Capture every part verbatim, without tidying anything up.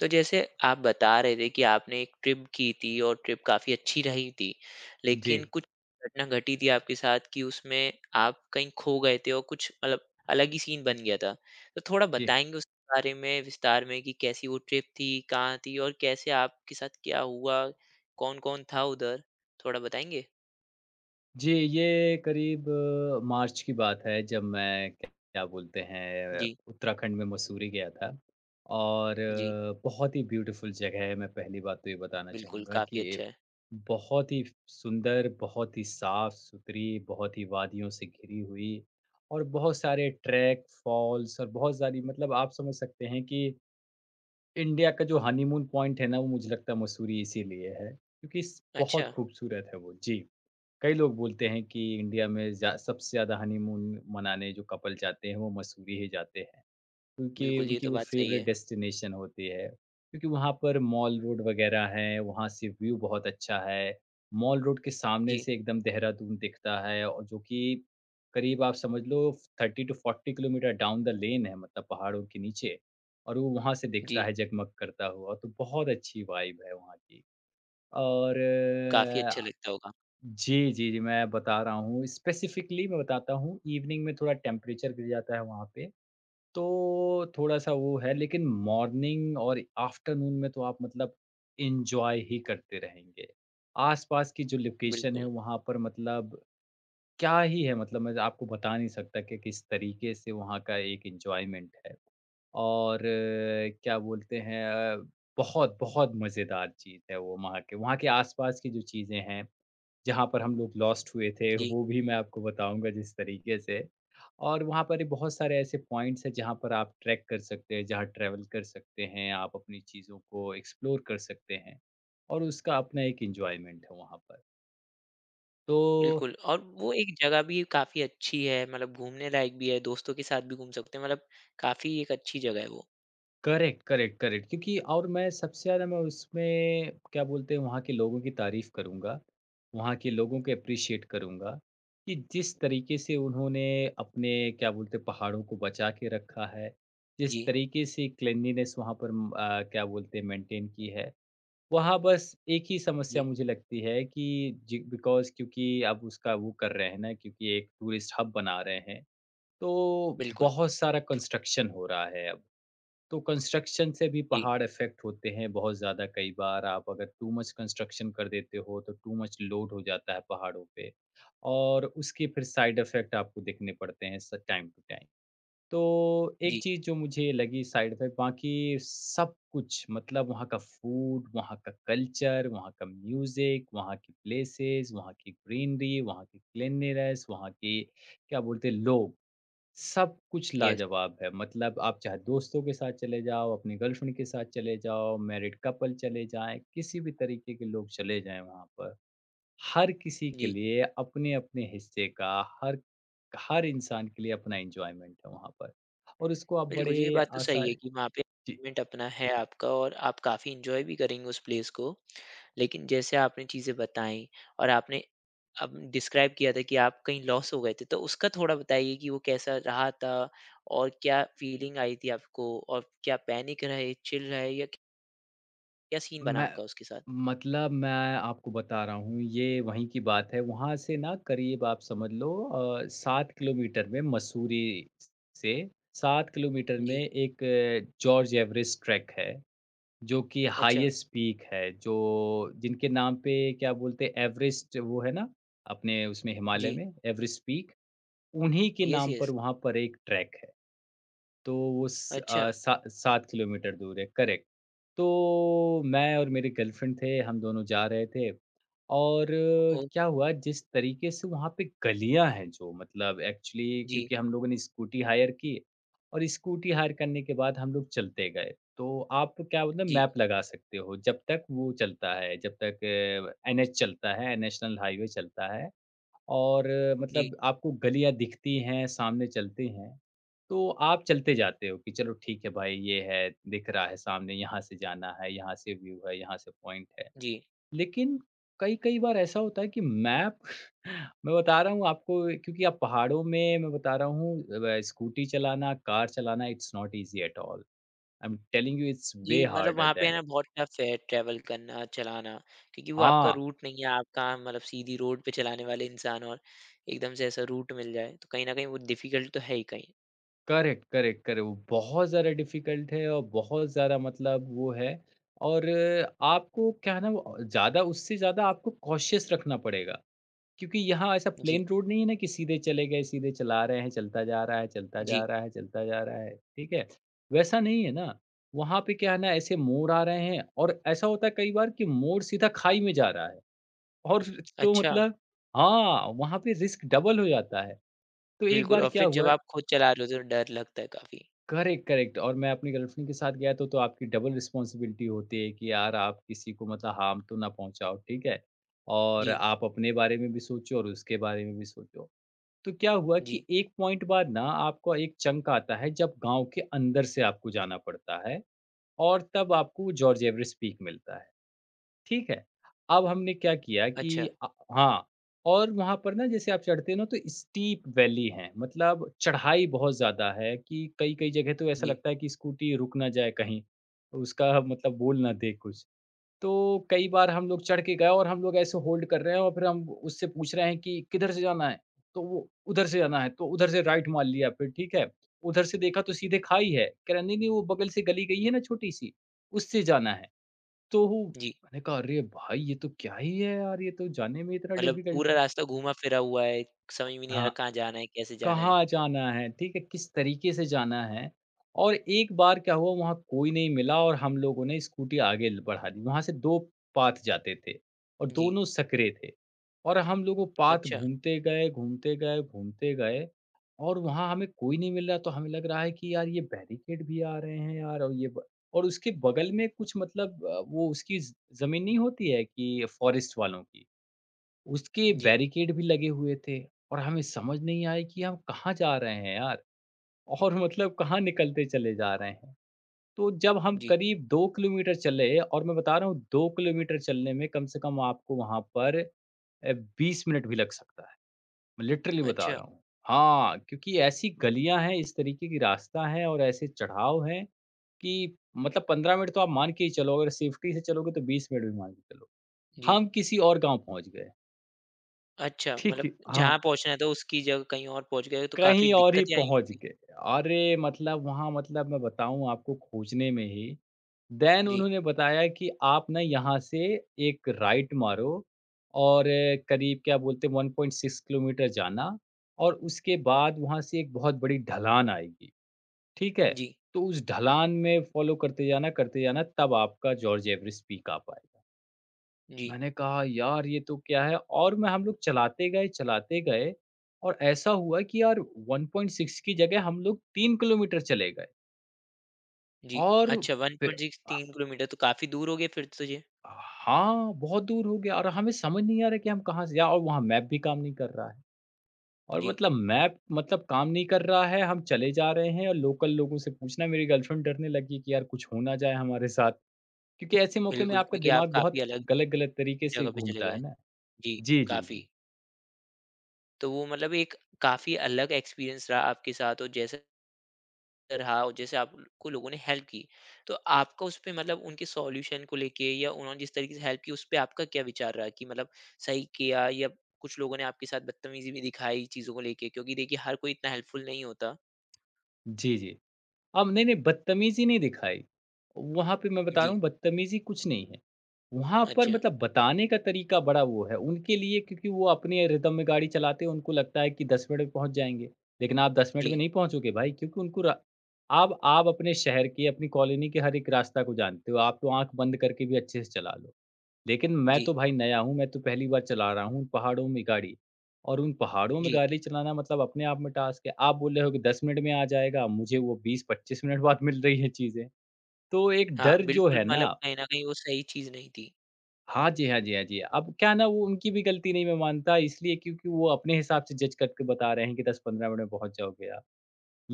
तो जैसे आप बता रहे थे कि आपने एक ट्रिप की थी और ट्रिप काफ़ी अच्छी रही थी, जी, लेकिन कुछ घटना घटी थी आपके साथ कि उसमें आप कहीं खो गए थे और कुछ मतलब अलग ही सीन बन गया था। तो थोड़ा जी। बताएँगे उस बारे में विस्तार में कि कैसी वो ट्रिप थी, कहाँ थी और कैसे आपके साथ क्या हुआ? कौन-कौन था उधर? थोड़ा बताएँगे? जी, ये करीब अ, मार्च की बात है जब मैं क्या क्या बोलते हैं जी, उत्तराखंड में मसूरी गया था और जी, अ, बहुत ही ब्यूटीफुल जगह है। मैं पहली बात तो ये बताना बिल्कुल, चाहूँगा कि काफ़ी अच्छा ये है। बहुत ही सुंदर, बहुत ही साफ-सुथरी, बहुत ही वादियों से घिरी हुई और बहुत सारे ट्रैक, फॉल्स और बहुत सारी मतलब आप समझ सकते हैं कि इंडिया का जो हनीमून पॉइंट है ना, वो मुझे लगता है मसूरी इसीलिए है, क्योंकि स बहुत अच्छा, खूबसूरत है वो। जी। कई लोग बोलते हैं कि इंडिया में जा, सबसे ज़्यादा हनीमून मनाने जो कपल जाते हैं वो मसूरी ही जाते हैं, क्योंकि बिल्कुल ये उनकी तो वो बात सही फेवरेट है। डेस्टिनेशन होती है, क्योंकि वहाँ पर मॉल रोड वगैरह है, वहाँ से व्यू बहुत अच्छा है। मॉल रोड के सामने जी, से एकदम देहरादून दिखता है और जो कि करीब आप समझ लो thirty to forty kilometre down the lane है, मतलब पहाड़ों के नीचे, और वो वहाँ से दिखता जी, है जगमग करता हुआ, तो बहुत अच्छी वाइब है वहाँ की। और काफ़ी अच्छा लगता होगा। जी, जी, जी, मैं बता रहा हूँ। स्पेसिफिकली मैं बताता हूँ, इवनिंग में थोड़ा टेम्परेचर गिर जाता है वहाँ पे, तो थोड़ा-सा वो है, लेकिन मॉर्निंग और आफ्टरनून में तो आप मतलब एन्जॉय ही करते रहेंगे। आस-पास की जो लोकेशन है, बिल्कुल, वहाँ पर मतलब क्या ही है, मतलब मैं आपको बता नहीं सकता कि किस तरीके से वहाँ का एक एन्जॉयमेंट है। और अ, क्या बोलते हैं अ, बहुत, बहुत मज़ेदार चीज़ है वो वहाँ के वहाँ के आस-पास की जो चीज़ें हैं, जहाँ पर हम लोग लॉस्ट हुए थे, जी। वो भी मैं आपको बताऊँगा जिस तरीके से। और वहाँ पर ये बहुत सारे ऐसे पॉइंट्स हैं जहाँ पर आप ट्रैक कर सकते हैं, जहाँ ट्रैवल कर सकते हैं, आप अपनी चीज़ों को एक्सप्लोर कर सकते हैं और उसका अपना एक एन्जॉयमेंट है वहाँ पर। तो बिल्कुल, और वो एक जगह भी काफ़ी अच्छी है, मतलब घूमने लायक भी है, दोस्तों के साथ भी घूम सकते हैं, मतलब काफ़ी एक अच्छी जगह है वो। करेक्ट, करेक्ट, करेक्ट, क्योंकि और मैं सबसे ज़्यादा मैं उसमें क्या बोलते हैं वहाँ के लोगों की तारीफ़ करूँगा, वहाँ के लोगों को एप्रिशिएट करूँगा कि जिस तरीके से उन्होंने अपने क्या बोलते हैं पहाड़ों को बचा के रखा है, जिस जी, तरीके से क्लीनलीनेस वहाँ पर उम, अ, क्या बोलते हैं मेंटेन की है। वहाँ बस एक ही समस्या जी, मुझे लगती है कि जी बिकॉज़, क्योंकि अब उसका वो कर रहे हैं ना, क्योंकि एक टूरिस्ट हब बना रहे हैं, तो बिल्कुल। बहुत सारा कंस्ट्रक्शन हो रहा है अब। तो कंस्ट्रक्शन से भी जी, पहाड़ इफ़ेक्ट होते हैं बहुत ज़्यादा कई बार, आप अगर टू मच कंस्ट्रक्शन कर देते हो, तो टू मच लोड हो जाता है पहाड़ों पे और उसके फिर साइड इफ़ेक्ट आपको देखने पड़ते हैं स टाइम टू टाइम। तो एक जी, चीज़ जो मुझे लगी साइड इफ़ेक्ट, बाकी सब कुछ मतलब वहाँ का फूड, वहाँ का कल्चर, वहाँ का म्यूज़िक, वहाँ की प्लेसेस, वहाँ की ग्रीनरी, वहाँ की क्लीनलीनेस, वहाँ के क्या बोलते हैं लोग। सब कुछ यस, लाजवाब है, मतलब आप चाहे दोस्तों के साथ चले जाओ, अपनी गर्लफ्रेंड के साथ चले जाओ, मैरिड कपल चले जाएँ, किसी भी तरीके के लोग चले जाएँ वहाँ पर। हर किसी के जी। लिए अपने-अपने हिस्से का हर हर इंसान के लिए अपना एन्जॉयमेंट है वहाँ पर और उसको आप बिल्कुल, बड़े जी। ये बात तो सही है आसार कि वहाँ पे जी। एनवायरनमेंट अपना है आपका और आप काफ़ी एन्जॉय भी करेंगे उस प्लेस को। लेकिन जैसे आपने चीज़ें बताई और आपने अब डिस्क्राइब किया था कि आप कहीं लॉस हो गए थे, तो उसका थोड़ा बताइए कि वो कैसा रहा था और क्या फीलिंग आई थी आपको, और क्या पैनिक रहे, चिल रहे, या क्या सीन बना मैं आपका उसके साथ? मतलब मैं आपको बता रहा हूँ ये वहीं की बात है। वहाँ से ना करीब आप समझ लो अ, सात किलोमीटर में मसूरी से सात किलोमीटर में जी, एक अ, जॉर्ज एवरेस्ट ट्रैक है, जो कि अच्छा, हाईएस्ट पीक है, जो जिनके नाम पे क्या बोलते हैं एवरेस्ट वो है ना, अपने उसमें हिमालय जी, में एवरेस्ट पीक, उन्हीं के यस, नाम पर यस, वहाँ पर एक ट्रैक है। तो वो स अच्छा, अ, सा सात किलोमीटर दूर है, करेक्ट। तो मैं और मेरी गर्लफ्रेंड थे, हम दोनों जा रहे थे और अ, ओह! क्या हुआ जिस तरीके से वहाँ पे गलियाँ हैं जो मतलब एक्चुअली, जी, क्योंकि हम लोगों ने स्कूटी हायर की और स्कूटी हायर करने के बाद हम लोग चलते गए। तो आप क्या मतलब जी, मैप लगा सकते हो, जब तक वो चलता है, जब तक अ, एन एच चलता है, नेशनल हाईवे चलता है और अ, जी, मतलब आपको गलियाँ दिखती हैं, सामने चलती हैं। तो आप चलते जाते हो कि चलो ठीक है भाई ये है, दिख रहा है सामने, यहाँ से जाना है, यहाँ से व्यू है, यहाँ से पॉइंट है। जी। लेकिन कई-कई बार ऐसा होता है कि मैप मैं बता रहा हूँ आपको, क्योंकि आप पहाड़ों में मैं बता रहा हूँ अ, स्कूटी चलाना, कार चलाना it's not easy at all. I am telling you it's way जी, मतलब हार्डर वहाँ पे है दैन ना, बहुत टफ़ है ट्रैवल करना, चलाना, क्योंकि वो आपका हाँ, रूट नहीं है, आप कहाँ मतलब सीधी रोड पे चलाने वाले इंसान, और एकदम से ऐसा रूट मिल जाए, तो कहीं न कहीं वो डिफ़िकल्ट तो है ही कहीं। करेक्ट, करेक्ट, करेक्ट, वो बहुत ज़्यादा डिफ़िकल्ट है और बहुत ज़्यादा मतलब वो है और अ, आपको क्या है ना, वो ज़्यादा उससे ज़्यादा आपको कॉशियस रखना पड़ेगा। क्योंकि यहाँ ऐसा जी, प्लेन रोड नहीं है ना कि सीधे चले गए, सीधे चला रहे हैं, चलता जा रहा है, चलता जा जी, रहा है, चलता जा रहा है, ठीक है? वैसा नहीं है ना, वहाँ पे क्या है ना, ऐसे मोड़ आ रहे हैं और ऐसा होता है कई बार कि मोड़ सीधा खाई में जा रहा है और तो अच्छा, मतलब हाँ, वहाँ पे रिस्क डबल हो जाता है। तो एक बिल्कुल, बार और क्या फिर जब हुआ, आप खुद चला रहे हो तो डर लगता है काफ़ी। करेक्ट, करेक्ट, और मैं अपनी गर्लफ्रेंड के साथ गया तो, तो आपकी डबल रिस्पॉन्सिबिलिटी होती है कि यार आप किसी को मतलब हार्म तो ना पहुँचाओ, ठीक है? और जी, आप अपने बारे में भी सोचो और उसके बारे में भी सोचो। तो क्या हुआ जी, कि एक पॉइंट बाद ना आपको एक चंक आता है जब गांव के अंदर से आपको जाना पड़ता है और तब आपको जॉर्ज एवरेस्ट पीक मिलता है, ठीक है। अब हमने क्या किया कि अच्छा, अ- हाँ, और वहां पर ना जैसे आप चढ़ते हो ना तो स्टीप वैली है, मतलब चढ़ाई बहुत ज्यादा है कि कई कई जगह तो ऐसा जी, लगता है कि स्कूटी रुक ना जाए कहीं, उसका मतलब बोल ना दे कुछ, तो कई बार हम लोग चढ़ के गए और हम लोग ऐसे होल्ड कर रहे हैं और फिर हम उससे पूछ रहे हैं कि किधर से जाना है? तो वो उधर से जाना है, तो उधर से राइट मान लिया, फिर ठीक है। उधर से देखा तो सीधे खाई है। कह रहा नहीं-नहीं, वो बगल से गली गई है ना छोटी-सी, उससे जाना है। तो वो- जी, मैंने कहा अरे भाई! ये तो क्या ही है यार, ये तो जाने में इतना मतलब डिफ़िकल्ट पूरा है। रास्ता घूमा-फिरा हुआ है, समझ में नहीं आ रहा हाँ। कहाँ जाना है, कैसे जाना है? कहाँ जाना है, ठीक है? किस तरीके से जाना है? और एक बार क्या हुआ वहाँ कोई नहीं मिला और हम लोगों ने स्कूटी आगे ल बढ़ा दी। वहाँ से दो पाथ जाते थे और जी, दोनों संकरे थे। और हम लोग वो पाथ अच्छा, घूमते गए, घूमते गए, घूमते गए और वहाँ हमें कोई नहीं मिल रहा, तो हमें लग रहा है कि यार ये बैरिकेड भी आ रहे हैं यार और ये ब और उसके बगल में कुछ मतलब अ, वो उसकी ज़ ज़मीन नहीं होती है कि फॉरेस्ट वालों की। उसके जी। बैरिकेड भी लगे हुए थे और हमें समझ नहीं आया कि हम कहाँ जा रहे हैं यार और मतलब कहाँ निकलते चले जा रहे हैं, तो जब हम जी, करीब दो किलोमीटर चले और मैं बता रहा हूँ दो किलोमीटर चलने में कम से कम आपको वहां पर बीस मिनट भी लग सकता है, मैं लिटरली बता अच्छा, रहा हूँ। हाँ, क्योंकि ऐसी गलियां हैं, इस तरीके की रास्ता है और ऐसे चढ़ाव हैं कि मतलब पंद्रह मिनट तो आप मान के ही चलो, अगर सेफ्टी से चलोगे तो बीस मिनट भी मान के चलो, जी, हम किसी और गांव पहुंच गए। अच्छा, ठीक मतलब है, जहाँ हाँ, पहुँचना था उसकी जगह कहीं और पहुँच गए तो काफ़ी कहीं और ही दिक्कतें आई पहुँच होंगी? गए। अरे! मतलब वहाँ मतलब मैं बताऊँ आपको खोजने में ही, देन जी, उन्होंने बताया कि आप ना यहाँ से एक राइट मारो और अ, करीब क्या बोलते हैं वन पॉइंट सिक्स किलोमीटर जाना और उसके बाद वहाँ से एक बहुत बड़ी ढलान आएगी, ठीक है? जी, तो उस ढलान में फ़ॉलो करते जाना, करते जाना तब आपका जॉर्ज एवरेस्ट पीक आ पाएगा। जी, मैंने कहा यार ये तो क्या है और मैं हम लोग चलाते गए, चलाते गए और ऐसा हुआ कि यार वन पॉइंट सिक्स की जगह हम लोग तीन किलोमीटर चले गए जी, और अच्छा, फिर वन पॉइंट सिक्स अ, तीन किलोमीटर तो काफ़ी दूर हो गए फिर तो ये। हाँ, बहुत दूर हो गया और हमें समझ नहीं आ रहा कि हम कहाँ से या और वहाँ मैप भी काम नहीं कर रहा है और जी, मतलब मैप मतलब काम नहीं कर रहा है, हम चले जा रहे हैं और लोकल लोगों से पूछना मेरी गर्लफ्रेंड डरने लगी कि यार कुछ हो ना जाए हमारे साथ क्योंकि ऐसे मौके में बिल्कुल, आपका क्योंकि आप दिमाग बहुत काफ़ी अलग गलत-गलत तरीके से जगह पे चले घूमता है गए। ना। जी, जी, जी, काफ़ी। जी। तो वो मतलब एक काफ़ी अलग एक्सपीरियंस रहा आपके साथ, और जैसा रहा और जैसे आपको लोगों ने हेल्प की, तो आपका उस पे, मतलब उनके सॉल्यूशन को लेके, या उन्होंने जिस तरीके से हेल्प की उस पे आपका क्या विचार रहा कि मतलब सही किया, या कुछ लोगों ने आपके साथ बदतमीजी भी दिखाई चीज़ों को लेके, क्योंकि देखिए हर कोई इतना हेल्पफुल नहीं होता। जी, जी। अब नहीं, नहीं, बदतमीज़ी नहीं दिखाई। वहाँ पे मैं बता रहा जी, हूँ बदतमीज़ी कुछ नहीं है। वहाँ पर अच्छा। मतलब बताने का तरीका बड़ा वो है, उनके लिए क्योंकि वो अपने रिदम में गाड़ी चलाते हैं, उनको लगता है कि दस मिनट में पहुँच जाएँगे। लेकिन आप दस मिनट जी, में नहीं पहुँचोगे भाई क्योंकि उनको रा आप आप अपने शहर के, अपनी कॉलोनी के हर एक रास्ता को जानते हो, आप तो आँख बंद करके भी अच्छे से चला लो। लेकिन मैं जी, तो भाई नया हूँ, मैं तो पहली बार चला रहा हूँ उन पहाड़ों में गाड़ी और उन पहाड़ों में जी। गाड़ी चलाना मतलब अपने आप में टास्क है। आप बोल रहे हो कि दस मिनट में आ जाएगा, मुझे वो बीस पच्चीस मिनट बाद मिल रही है चीज़ें। तो एक हाँ, डर जो बिल्कुल, है ना मतलब कहीं न कहीं वो सही चीज़ नहीं थी। हाँ जी, हाँ जी, हाँ जी। अब क्या है ना वो उनकी भी गलती नहीं मैं मानता इसलिए क्योंकि वो अपने हिसाब से जज करके बता रहे हैं कि दस पंद्रह मिनट में पहुँच जाओगे आप।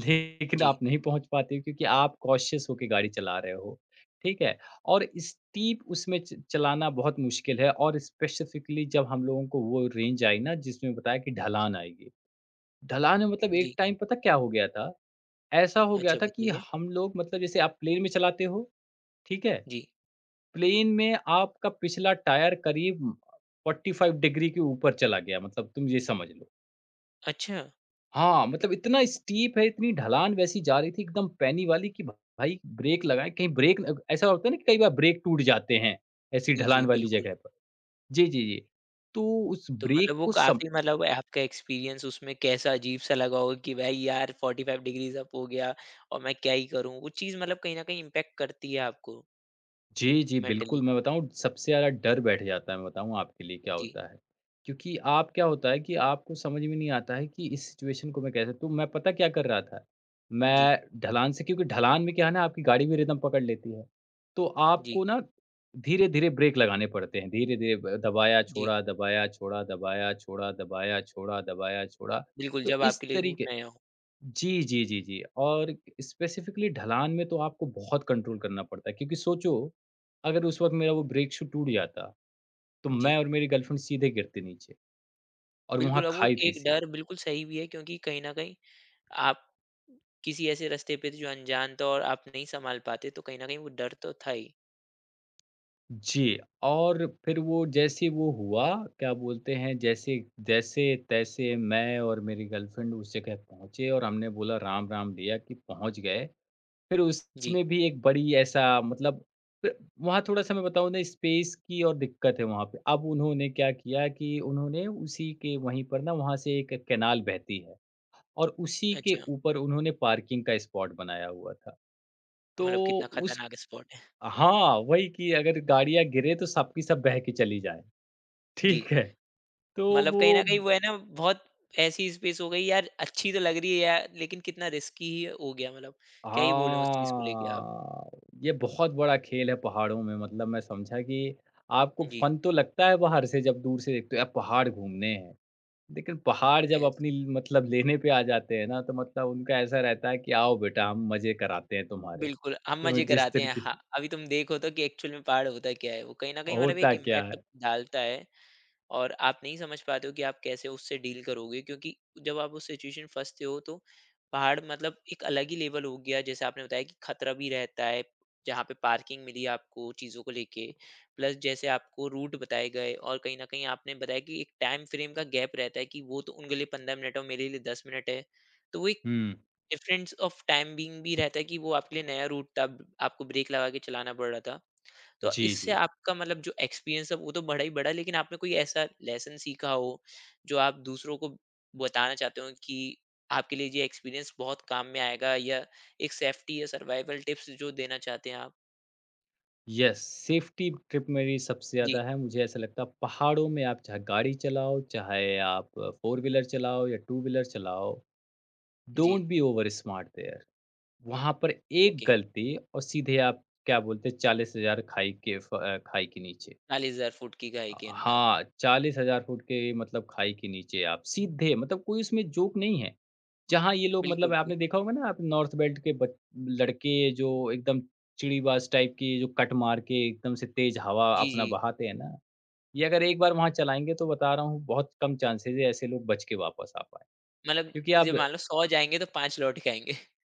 लेकिन जी, आप नहीं पहुँच पाते हो क्योंकि आप कॉशियस होके गाड़ी चला रहे हो, ठीक है? और स्टीप उसमें च चलाना बहुत मुश्किल है और स्पेसिफ़िकली जब हम लोगों को वो रेंज आई ना जिसमें बताया कि ढलान आएगी। ढलान में मतलब जी। एक टाइम पता क्या हो गया था? ऐसा हो गया अच्छा, था कि बताइए। हम लोग मतलब जैसे आप प्लेन में चलाते हो, ठीक है? जी, प्लेन में आपका पिछला टायर करीब फ़ोर्टी फ़ाइव डिग्री के ऊपर चला गया मतलब तुम ये समझ लो। अच्छा। हाँ, मतलब इतना स्टीप है, इतनी ढलान वैसी जा रही थी एकदम पैनी वाली कि भाई ब्रेक लगाएँ, कहीं ब्रेक न ऐसा होता है ना कि कई बार ब्रेक टूट जाते हैं, ऐसी जी, जी, ढलान वाली बिल्कुल। जगह पर। जी, जी, जी। तो उस तो मतलब ब्रेक वो को सम काफ़ी मतलब आपका एक्सपीरियंस उसमें कैसा अजीब-सा लगा होगा कि भाई यार फ़ॉर्टी फ़ाइव डिग्रीज़ अप हो गया, और मैं क्या ही करूँ? वो चीज़ मतलब कहीं न कहीं इम्पैक्ट करती है आपको जी, जी, मेंटली। बिल्कुल, मैं बताऊँ सबसे ज़्यादा डर बैठ जाता है, मैं बताऊँ आपके लिए क्या जी, होता है। क्योंकि आप क्या होता है कि आपको समझ में नहीं आता है कि इस सिचुएशन को मैं कैसे तो मैं पता क्या कर रहा था, जी, मैं ढलान से क्योंकि ढलान में क्या है ना आपकी गाड़ी भी रिदम पकड़ लेती है। तो जी, आपको ना धीरे-धीरे ब्रेक लगाने पड़ते हैं, धीरे-धीरे ब दबाया, जी। छोड़ा, दबाया, छोड़ा, दबाया, छोड़ा, दबाया, छोड़ा, दबाया, छोड़ा। बिल्कुल, तो जब इस आपके लिए रूट तरीके नया हो। जी, जी, जी, जी। और स्पेसिफ़िकली ढलान में तो आपको बहुत कंट्रोल करना पड़ता है क्योंकि सोचो, अगर उस वक़्त मेरा वो ब्रेक शू टूट जाता, तो जी, मैं और मेरी गर्लफ्रेंड सीधे गिरते नीचे और बिल्कुल, वहाँ और वो खाई थी एक से। डर बिल्कुल सही भी है, क्योंकि कहीं न कहीं आप किसी ऐसे रास्ते पे थे जो अनजान था और आप नहीं सँभाल पाते, तो कहीं न कहीं वो डर तो था ही। जी, और फिर वो जैसे वो हुआ, क्या बोलते हैं, जैसे जैसे-तैसे मैं और मेरी गर्लफ्रेंड उसी जगह पहुँचे और हमने बोला राम-राम लिया कि पहुँच गए। फिर जी, उसमें भी एक बड़ी ऐसा मतलब फिर वहाँ थोड़ा-सा मैं बताऊँ ना स्पेस की और दिक्कत है वहाँ पे। अब उन्होंने क्या किया कि उन्होंने उसी के वहीं पर ना वहाँ से एक कैनाल बहती है और उसी के अच्छा, ऊपर उन्होंने पार्किंग का स्पॉट बनाया हुआ था। तो मतलब कितना उस खतरनाक स्पॉट है। हाँ, वही कि अगर गाड़ियाँ गिरे तो सब की सब बह के चली जाएँ, जी। ठीक है। तो मतलब वो कहीं न कहीं वो है ना, बहुत ऐसी स्पेस हो गई, यार अच्छी तो लग रही है यार, लेकिन कितना रिस्की ही हो गया, मतलब क्या ही बोले उस चीज़ को लेके आप? हाँ, ये बहुत बड़ा खेल है पहाड़ों में मतलब मैं समझा कि आपको जी, फ़न तो लगता है बाहर से जब दूर से देखते हो, यार पहाड़ घूमने हैं। लेकिन पहाड़ जब यस। अपनी ल मतलब लेने पे आ जाते हैं ना, तो मतलब उनका ऐसा रहता है कि आओ बेटा हम मज़े कराते हैं तुम्हारे। बिल्कुल, हम तो मज़े जिस कराते हैं। तरीके हाँ, से अभी तुम देखो तो कि एक्चुअल में पहाड़ होता क्या है? वो कहीं न कहीं मतलब एक होता क्या इम्पैक्ट है डालता है, और आप नहीं समझ पाते हो कि आप कैसे उससे डील करोगे, क्योंकि जब आप उस सिचुएशन फंसते हो तो पहाड़ मतलब एक अलग ही लेवल हो गया। जैसे आपने बताया कि खतरा भी रहता है जहाँ पे पार्किंग मिली आपको चीज़ों को लेके, प्लस जैसे आपको रूट बताए गए, और कहीं ना कहीं आपने बताया कि एक टाइम फ्रेम का गैप रहता है कि वो तो उनके लिए पंद्रह मिनट और मेरे लिए दस मिनट है। तो वो एक हुँ, डिफरेंस ऑफ टाइम बीइंग भी रहता है कि वो आपके लिए नया रूट था, ब- आपको ब्रेक लगा के चलाना पड़ रहा था। तो जी, इससे जी। आपका मतलब जो एक्सपीरियंस है वो तो बड़ा ही बड़ा, लेकिन आपने कोई ऐसा लेसन सीखा हो जो आप दूसरों को बताना चाहते हो कि आपके लिए ये एक्सपीरियंस बहुत काम में आएगा, या एक सेफ्टी या सर्वाइवल टिप्स जो देना चाहते हैं आप? यस, सेफ्टी ट्रिप मेरी सबसे जी, ज़्यादा है, मुझे ऐसा लगता है पहाड़ों में आप चाहे गाड़ी चलाओ, चाहे आप फ़ोर व्हीलर चलाओ या टू व्हीलर चलाओ जी, don't be over smart there वहाँ पर एक ओके। गलती और सीधे आप क्या बोलते हैं चालीस हज़ार खाई के फ अ, खाई के नीचे। चालीस हज़ार फुट की खाई अ, के अंदर। हाँ, चालीस हज़ार फुट के मतलब खाई के नीचे आप सीधे मतलब कोई उसमें जोक नहीं है। जहाँ ये लोग मतलब बिल्कुल, वो- आपने देखा होगा ना आप नॉर्थ बेल्ट के बच लड़के जो एकदम चिड़ीबाज टाइप की जो कट मार के एकदम से तेज़ हवा जी, अपना जी। बहाते हैं ना, ये अगर एक बार वहाँ चलाएँगे तो बता रहा हूँ बहुत कम चांसेज़ है ऐसे लोग बच के वापस आ पाएँ। मतलब क्योंकि आप ये मान लो सौ जाएंगे तो पांच लौट के आएंगे।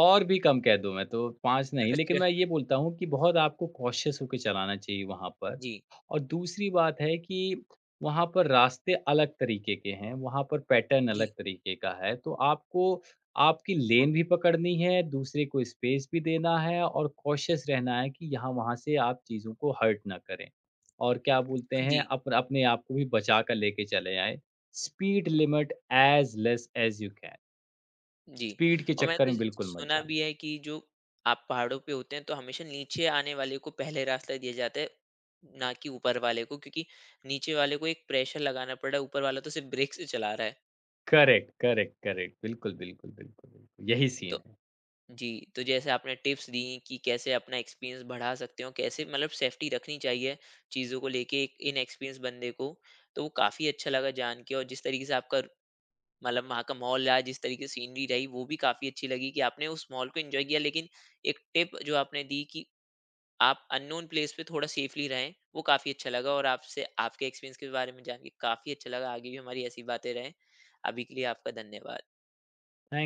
और भी कम कह दूँ मैं तो पाँच नहीं, लेकिन अच्छा, मैं ये बोलता हूँ कि बहुत आपको कॉशियस होके चलाना चाहिए वहाँ पर। जी, और दूसरी बात है कि वहाँ पर रास्ते अलग तरीके के हैं, वहाँ पर पैटर्न अलग जी, तरीके का है, तो आपको आपकी लेन भी पकड़नी है, दूसरे को स्पेस भी देना है और कॉशियस रहना है कि यहाँ-वहाँ से आप चीज़ों को हर्ट ना करें। और क्या बोलते हैं, जी, अप अपने आप को भी बचा कर लेके चले आएँ। Speed limit as less as you can. जी, स्पीड के और चक्कर मैंने में तो बिल्कुल मत सुना जाना। भी है कि जो आप पहाड़ों पे होते हैं तो हमेशा नीचे आने वाले को पहले रास्ता दिया जाता है, ना कि ऊपर वाले को, क्योंकि नीचे वाले को एक प्रेशर लगाना पड़ रहा है, ऊपर वाला तो सिर्फ ब्रेक से चला रहा है। Correct, correct, correct. बिल्कुल, बिल्कुल, बिल्कुल, बिल्कुल। यही तो सीन है। जी, तो जैसे आपने टिप्स दी कि कैसे अपना एक्सपीरियंस बढ़ा सकते हो, कैसे मतलब सेफ्टी रखनी चाहिए चीज़ों को लेके एक इनएक्सपीरियंस बंदे को, तो वो काफ़ी अच्छा लगा जान के, और जिस तरीके से आपका मतलब वहाँ का मॉल रहा, जिस तरीके से सीनरी रही, वो भी काफ़ी अच्छी लगी कि आपने उस मॉल को एन्जॉय किया। लेकिन एक टिप जो आपने दी कि आप अननोन प्लेस पे थोड़ा सेफ़ली रहें, वो काफ़ी अच्छा लगा, और आपसे आपके एक्सपीरियंस के बारे में जान के काफ़ी अच्छा लगा। आगे भी हमारी ऐसी बातें रहें। अभी के लिए आपका धन्यवाद।